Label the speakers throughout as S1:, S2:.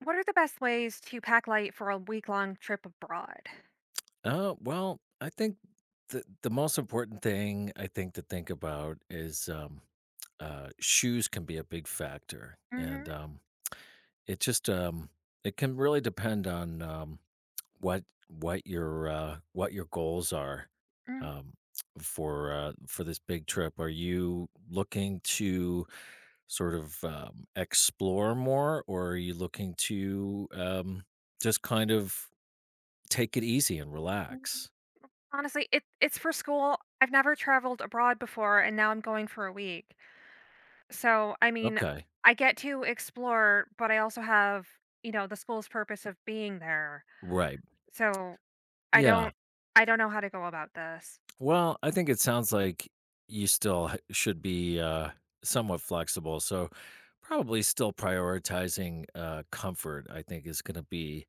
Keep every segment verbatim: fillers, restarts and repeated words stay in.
S1: What are the best ways to pack light for a week-long trip abroad?
S2: Uh, well, I think the the most important thing I think to think about is, um, uh, shoes can be a big factor, and
S1: Mhm,
S2: um, it just um, it can really depend on um, what what your uh, what your goals are
S1: mhm,
S2: um, for uh, for this big trip. Are you looking to sort of um, explore more, or are you looking to um, just kind of take it easy and
S1: mhm.
S2: relax?
S1: Honestly, it it's for school. I've never traveled abroad before, and now I'm going for a week. So, I mean,
S2: Okay.
S1: I get to explore, but I also have, you know, the school's purpose of being there.
S2: Right.
S1: So, I
S2: Yeah.
S1: don't I don't know how to go about this.
S2: Well, I think it sounds like you still h- should be uh, somewhat flexible. So, probably still prioritizing uh, comfort, I think, is going to be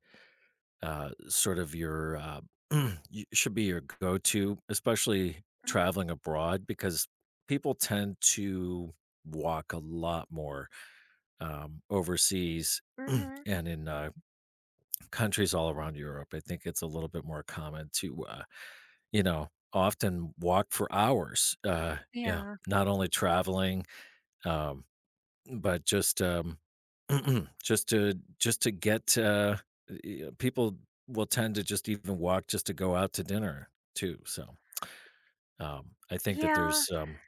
S2: uh, sort of your, uh, y- should be your go to, especially
S1: Mm,
S2: traveling abroad, because people tend to walk a lot more um, overseas
S1: mhm,
S2: and in uh, countries all around Europe. I think it's a little bit more common to, uh, you know, often walk for hours. Uh, yeah,
S1: yeah.
S2: not only traveling, um, but just um, just to just to get uh, y- uh, people will tend to just even walk just to go out to dinner too. So um, I think that
S1: Yeah,
S2: there's um,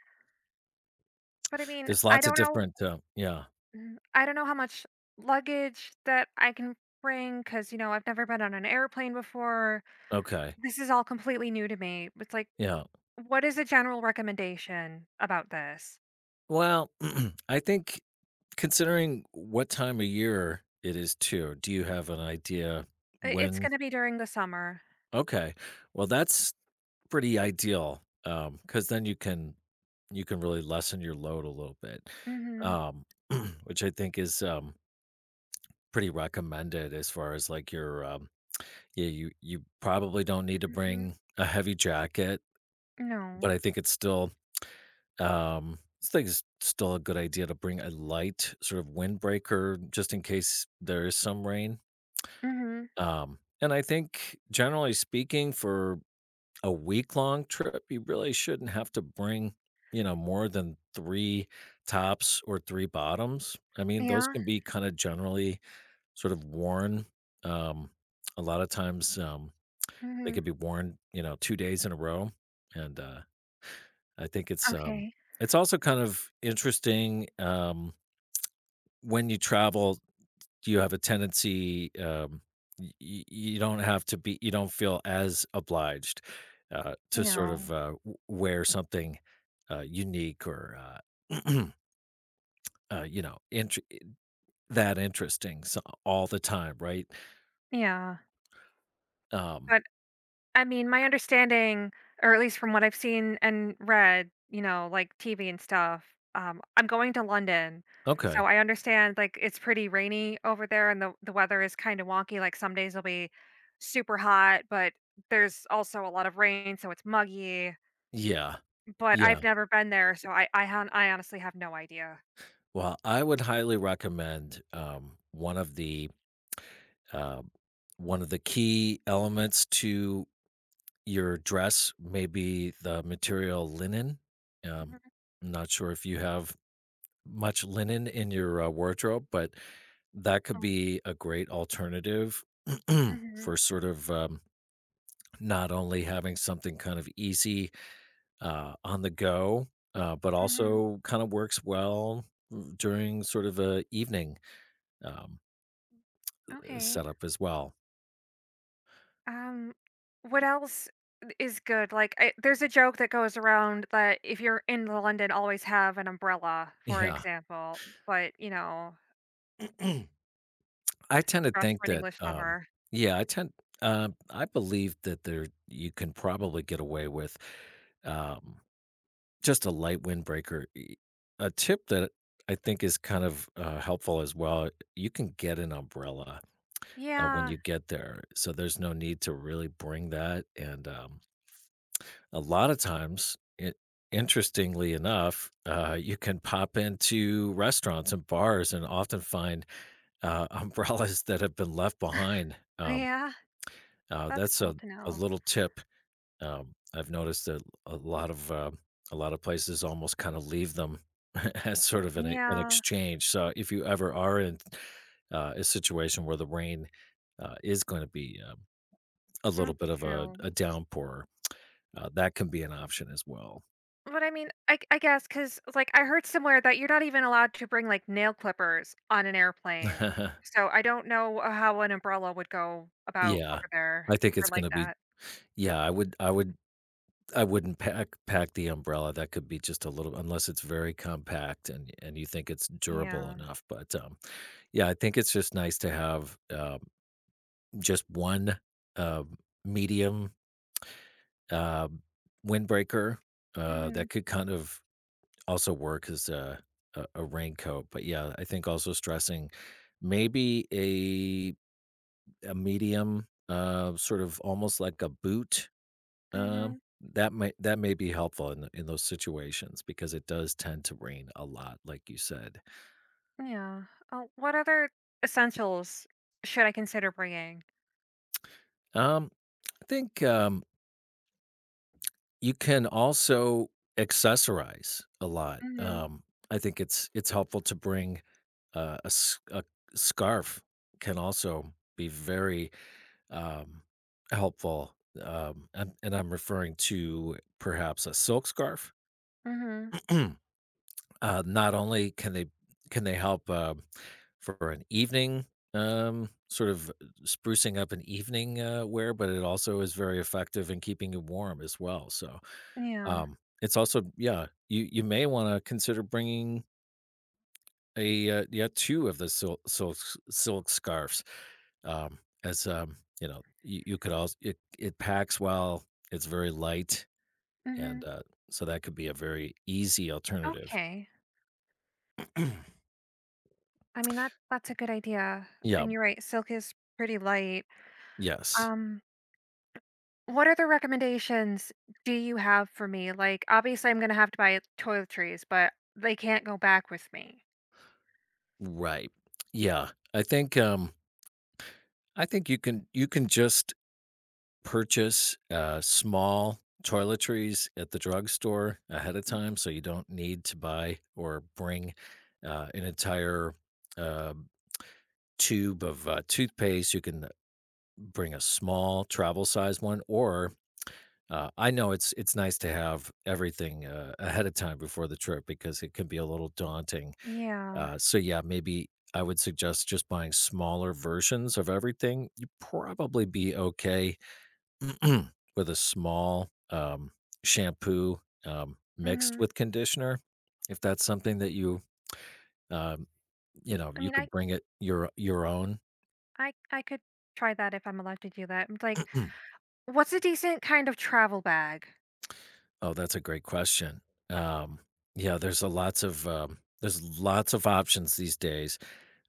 S1: but I mean,
S2: there's
S1: I
S2: lots of
S1: don't know.
S2: different. Uh, yeah.
S1: Mm, I don't know how much luggage that I can bring because, you know, I've never been on an airplane before.
S2: Okay.
S1: This is all completely new to me. It's like,
S2: Yeah.
S1: what is a general recommendation about this?
S2: Well, I think, considering what time of year it is too, do you have an idea
S1: I- It's
S2: when?
S1: going to be during the summer.
S2: Okay. Well, that's pretty ideal, um because then you can you can really lessen your load a little bit,
S1: Mm hmm.
S2: um, which I think is, um, pretty recommended as far as, like, your, um yeah, you you probably don't need to
S1: Mm hmm.
S2: bring a heavy jacket, but
S1: No.
S2: I think it's still, um I think it's still a good idea to bring a light sort of windbreaker just in case there is some rain,
S1: Mm
S2: um, and I think, generally speaking, for a week long trip, you really shouldn't have to bring, you know, more than three tops or three bottoms. I
S1: hmm.
S2: mean, those
S1: Yeah.
S2: can be kind of generally sort of worn. Um, a lot of times, um,
S1: Mm
S2: they
S1: hmm.
S2: could be worn, you know, two days in a row. And uh, I think it's um,
S1: Okay.
S2: it's also kind of interesting, um, when you travel, do you have a tendency? um, y y you don't have to be you don't feel as obliged, uh, to sort of,
S1: No.
S2: uh, w wear something, uh, unique, or, uh, uh, you know, int that interesting so all the time, right?
S1: Yeah.
S2: Um,
S1: But I mean, my understanding, or at least from what I've seen and read, you know, like T V and stuff, um, I'm going to London. So
S2: okay.
S1: I understand like it's pretty rainy over there and the, the weather is kind of wonky. Like some days it'll be super hot, but there's also a lot of rain, so it's muggy.
S2: Yeah.
S1: But
S2: Yeah.
S1: I've never been there, so I I, hon- I honestly have no idea.
S2: Well, I would highly recommend, um, one of the, um, one of the key elements to your dress, maybe the material linen. Um,
S1: Mhm.
S2: I'm not sure if you have much linen in your, uh, wardrobe, but that could
S1: Oh,
S2: be a great alternative.
S1: mhm,
S2: For sort of, um, not only having something kind of easy, uh, on the go, uh, but
S1: mhm.
S2: also kind of works well during sort of a evening, um,
S1: Okay.
S2: setup as well.
S1: Um, what else is good? Like, I, there's a joke that goes around that if you're in London, always have an umbrella, for
S2: Yeah.
S1: example. But you know,
S2: I tend to
S1: dress
S2: think
S1: for an
S2: that,
S1: English
S2: um,
S1: summer.
S2: yeah, I tend, uh, I believe that there you can probably get away with, um, just a light windbreaker. E- A tip that I think is kind of, uh, helpful as well. You can get an umbrella, uh, when
S1: Yeah,
S2: you get there, so there's no need to really bring that. And, um, a lot of times, it, interestingly enough, uh, you can pop into restaurants and bars and often find, uh, umbrellas that have been left behind. Um,
S1: yeah,
S2: Uh,
S1: that's
S2: that's a,
S1: cool to
S2: a
S1: know.
S2: little tip. Um, I've noticed that a lot of uh, a lot of places almost kind of leave them as sort of, an, e- an
S1: Yeah,
S2: exchange. So if you ever are in, uh, a situation where the rain, uh, is going to be, um, a little
S1: that's
S2: bit of a,
S1: true.
S2: a downpour, uh, that can be an option as well.
S1: But I mean, I, I guess because like I heard somewhere that you're not even allowed to bring like nail clippers on an airplane. So I don't know how an umbrella would go about
S2: Yeah,
S1: over there
S2: I think
S1: or
S2: it's going
S1: like
S2: to be.
S1: that.
S2: Yeah, I would. I would. I wouldn't pack pack the umbrella. That could be just a little, unless it's very compact, and and you think it's durable
S1: Yeah.
S2: enough. But um, Yeah, I think it's just nice to have, um, just one, um, medium, um, windbreaker, uh,
S1: Mm-hmm.
S2: that could kind of also work as a a a raincoat, but, yeah, I think also stressing maybe a a medium, uh, sort of almost like a boot,
S1: Hmm.
S2: um, that might that may be helpful in in those situations because it does tend to rain a lot, like you said.
S1: Yeah. Oh, what other essentials should I consider bringing?
S2: Um, I think, um you can also accessorize a lot.
S1: Mhm.
S2: Um, I think it's it's helpful to bring, uh, a, s- a scarf can also be very, um, helpful. Um, and, and I'm referring to perhaps a silk scarf.
S1: Mhm.
S2: Uh, not only can they can they help, uh, for an evening, um, sort of sprucing up an evening, uh, wear, but it also is very effective in keeping you warm as well. So
S1: Yeah.
S2: um, it's also, yeah, you you may wanna consider bringing a, uh, yeah, two of the silk silks silk scarves, um, as, um, you know, you you could also it it packs well, it's very light, and,
S1: Mhm.
S2: uh, so that could be a very easy alternative.
S1: Okay. I mean that that's a good idea.
S2: Yeah,
S1: And you're right, silk is pretty light.
S2: yes,
S1: Um what other recommendations do you have for me? Like obviously I'm going to have to buy toiletries, but they can't go back with me.
S2: right. Yeah, I think, um, I think you can you can just purchase, uh, small toiletries at the drugstore ahead of time, so you don't need to buy or bring, uh, an entire, uh, tube of, uh, toothpaste. You can bring a small travel size one, or, uh, I know it's it's nice to have everything, uh, ahead of time before the trip because it can be a little daunting.
S1: Yeah.
S2: Uh, so yeah, maybe I would suggest just buying smaller versions of everything. You probably be okay. With a small, um, shampoo, um, mixed
S1: Mhm.
S2: with conditioner, if that's something that you, um, you know,
S1: I
S2: you
S1: mean I
S2: could bring it your your own.
S1: I I could try that if I'm allowed to do that. Like what's a decent kind of travel bag?
S2: Oh, that's a great question. Um, yeah, there's a lots of, um, there's lots of options these days.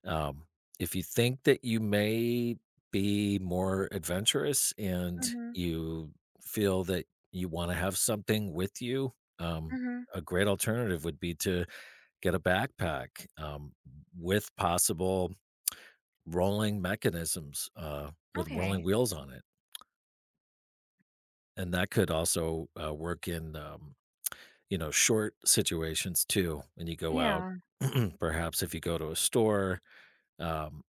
S2: Um, if you think that you may be more adventurous and
S1: Mhm.
S2: you feel that you wanna have something with you, um,
S1: Mhm.
S2: a great alternative would be to get a backpack, um, with possible rolling mechanisms, uh, with rolling
S1: Okay.
S2: wheels on it, and that could also, uh, work in, um, you know, short situations too. When you go out,
S1: Yeah.
S2: perhaps if you go to a store, um,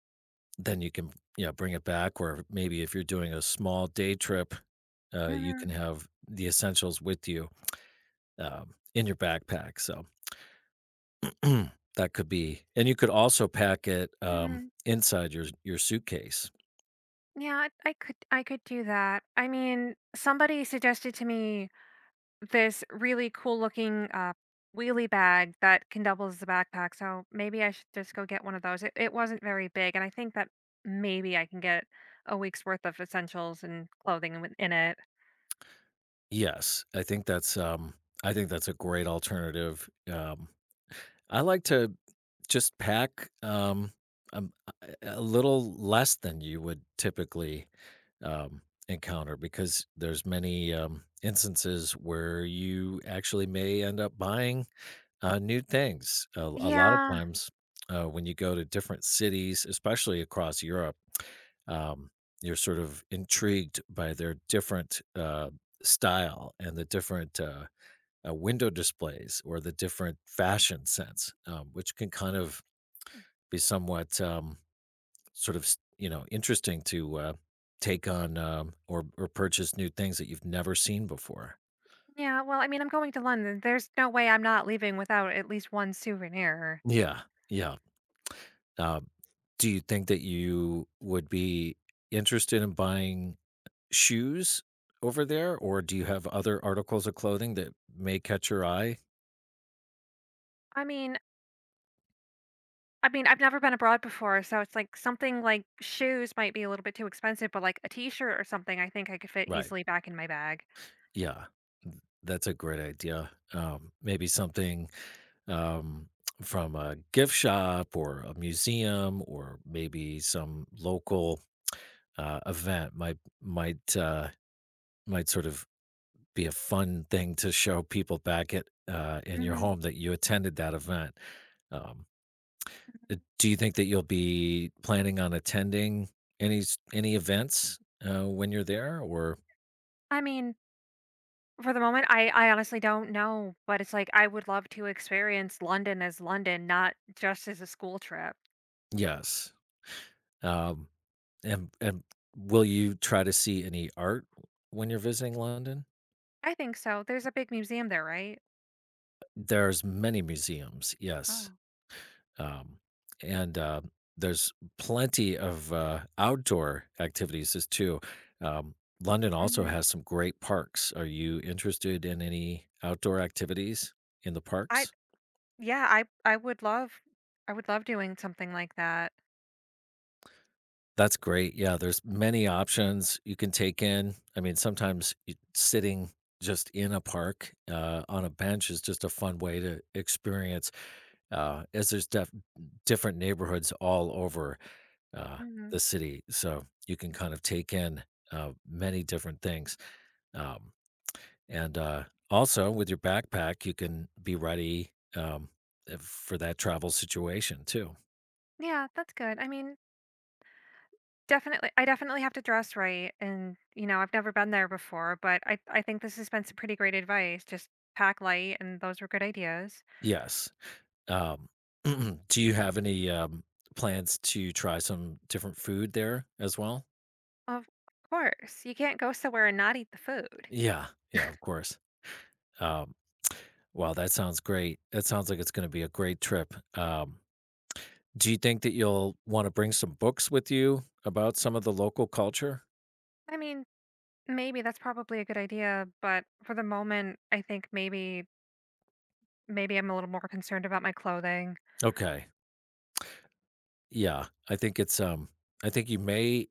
S2: then you can, you know, bring it back, or maybe if you're doing a small day trip, uh, you
S1: Mhm.
S2: can have the essentials with you, um, in your backpack. So that could be, and you could also pack it, um,
S1: Mhm.
S2: inside your your suitcase.
S1: Yeah, I I could I could do that. I mean, somebody suggested to me this really cool looking uh wheelie bag that can double as a backpack, so maybe I should just go get one of those. It it wasn't very big, and I think that maybe I can get a week's worth of essentials and clothing with- in it.
S2: Yes, I think that's, um I think that's a great alternative, um, I like to just pack, um, um, a a little less than you would typically, um, encounter because there's many, um, instances where you actually may end up buying, uh, new things. A a lot of
S1: Yeah.
S2: times, uh, when you go to different cities, especially across Europe, um, you're sort of intrigued by their different, uh, style and the different, uh, uh, window displays or the different fashion sense, um, which can kind of be somewhat, um, sort of, s you know, interesting to, uh, take on, um, or or purchase new things that you've never seen before.
S1: Yeah, well, I mean, I'm going to London. There's no way I'm not leaving without at least one souvenir.
S2: Yeah, yeah. Um, do you think that you would be interested in buying shoes over there, or do you have other articles of clothing that may catch your eye?
S1: I mean, I mean, I've never been abroad before, so it's like something like shoes might be a little bit too expensive, but like a t-shirt or something, I think I could fit
S2: Right.
S1: easily back in my bag.
S2: Yeah. Th- That's a great idea. Um, maybe something, um, from a gift shop or a museum, or maybe some local, uh, event might might uh, might sort of be a fun thing to show people back, at uh, in your
S1: Mhm.
S2: home that you attended that event. Um, uh, do you think that you'll be planning on attending any s- any events, uh, when you're there, or
S1: I mean, for the moment, I I honestly don't know, but it's like I would love to experience London as London, not just as a school trip.
S2: yes? Um, and and will you try to see any art when you're visiting London?
S1: I think so. There's a big museum there, right?
S2: There's many museums. Yes.
S1: Oh.
S2: Um, and uh, There's plenty of, uh, outdoor activities as too. Um, London also
S1: Mhm.
S2: has some great parks. Are you interested in any outdoor activities in the
S1: I
S2: parks?
S1: yeah, I I would love I would love doing something like that.
S2: That's great. Yeah, there's many options you can take in. I mean, sometimes you, sitting just in a park, uh, on a bench is just a fun way to experience, uh, as there's, def- different neighborhoods all over, uh,
S1: Mhm.
S2: the city. So you can kind of take in, uh, many different things. Um, and uh, Also with your backpack, you can be ready, um, if- for that travel situation too.
S1: Yeah, that's good. I mean, Definitely I definitely have to dress right and, you know, I've never been there before, but I I think this has been some pretty great advice. Just pack light and those were good ideas.
S2: Yes. Um, do you have any, um, plans to try some different food there as well?
S1: Of course. You can't go somewhere and not eat the food.
S2: Yeah. Yeah, of course. Um, wow, that sounds great. That sounds like it's going to be a great trip. Um, do you think that you'll want to bring some books with you about some of the local culture?
S1: I mean, maybe that's probably a good idea, but for the moment, I think maybe maybe I'm a little more concerned about my clothing.
S2: Okay. Yeah. I think it's um I think you may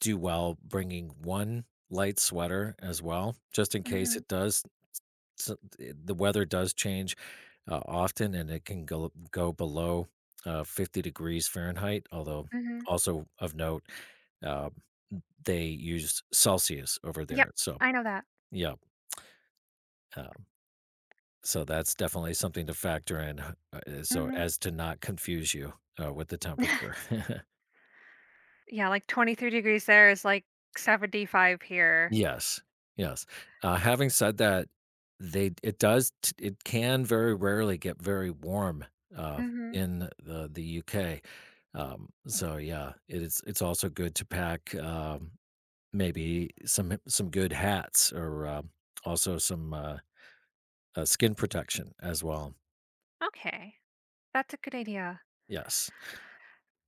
S2: do well bringing one light sweater as well, just in case
S1: Mhm,
S2: it does, so- it- the weather does change, uh, often, and it can go go below, uh, fifty degrees Fahrenheit, although
S1: mhm.
S2: also of note, uh, they use Celsius over
S1: Yep,
S2: there, so
S1: I know that.
S2: yeah, um, so that's definitely something to factor in, uh, so
S1: Mhm.
S2: as to not confuse you, uh, with the temperature.
S1: Yeah, like twenty-three degrees there is like seventy-five here.
S2: Yes, yes. Uh, having said that, they it does t it can very rarely get very warm, uh,
S1: Mhm.
S2: in the the U K. Um, so yeah, it is it's also good to pack, um, maybe some some good hats, or, um, also some, uh, uh, skin protection as well.
S1: Okay. That's a good idea.
S2: Yes.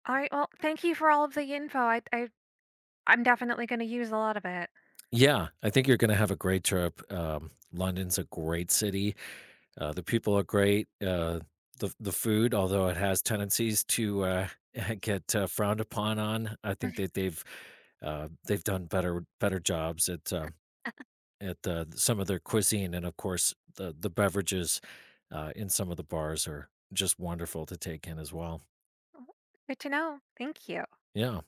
S1: All right. Well, thank you for all of the info. I, I I'm definitely going to use a lot of it.
S2: Yeah, I think you're gonna have a great trip. um, London's a great city. Uh, the people are great. Uh, the the food, although it has tendencies to, uh, get, uh, frowned upon on, I think that they've uh, they've done better better jobs at uh, at uh, some of their cuisine, and of course the the beverages, uh, in some of the bars are just wonderful to take in as well.
S1: Good to know. Thank you.
S2: Yeah.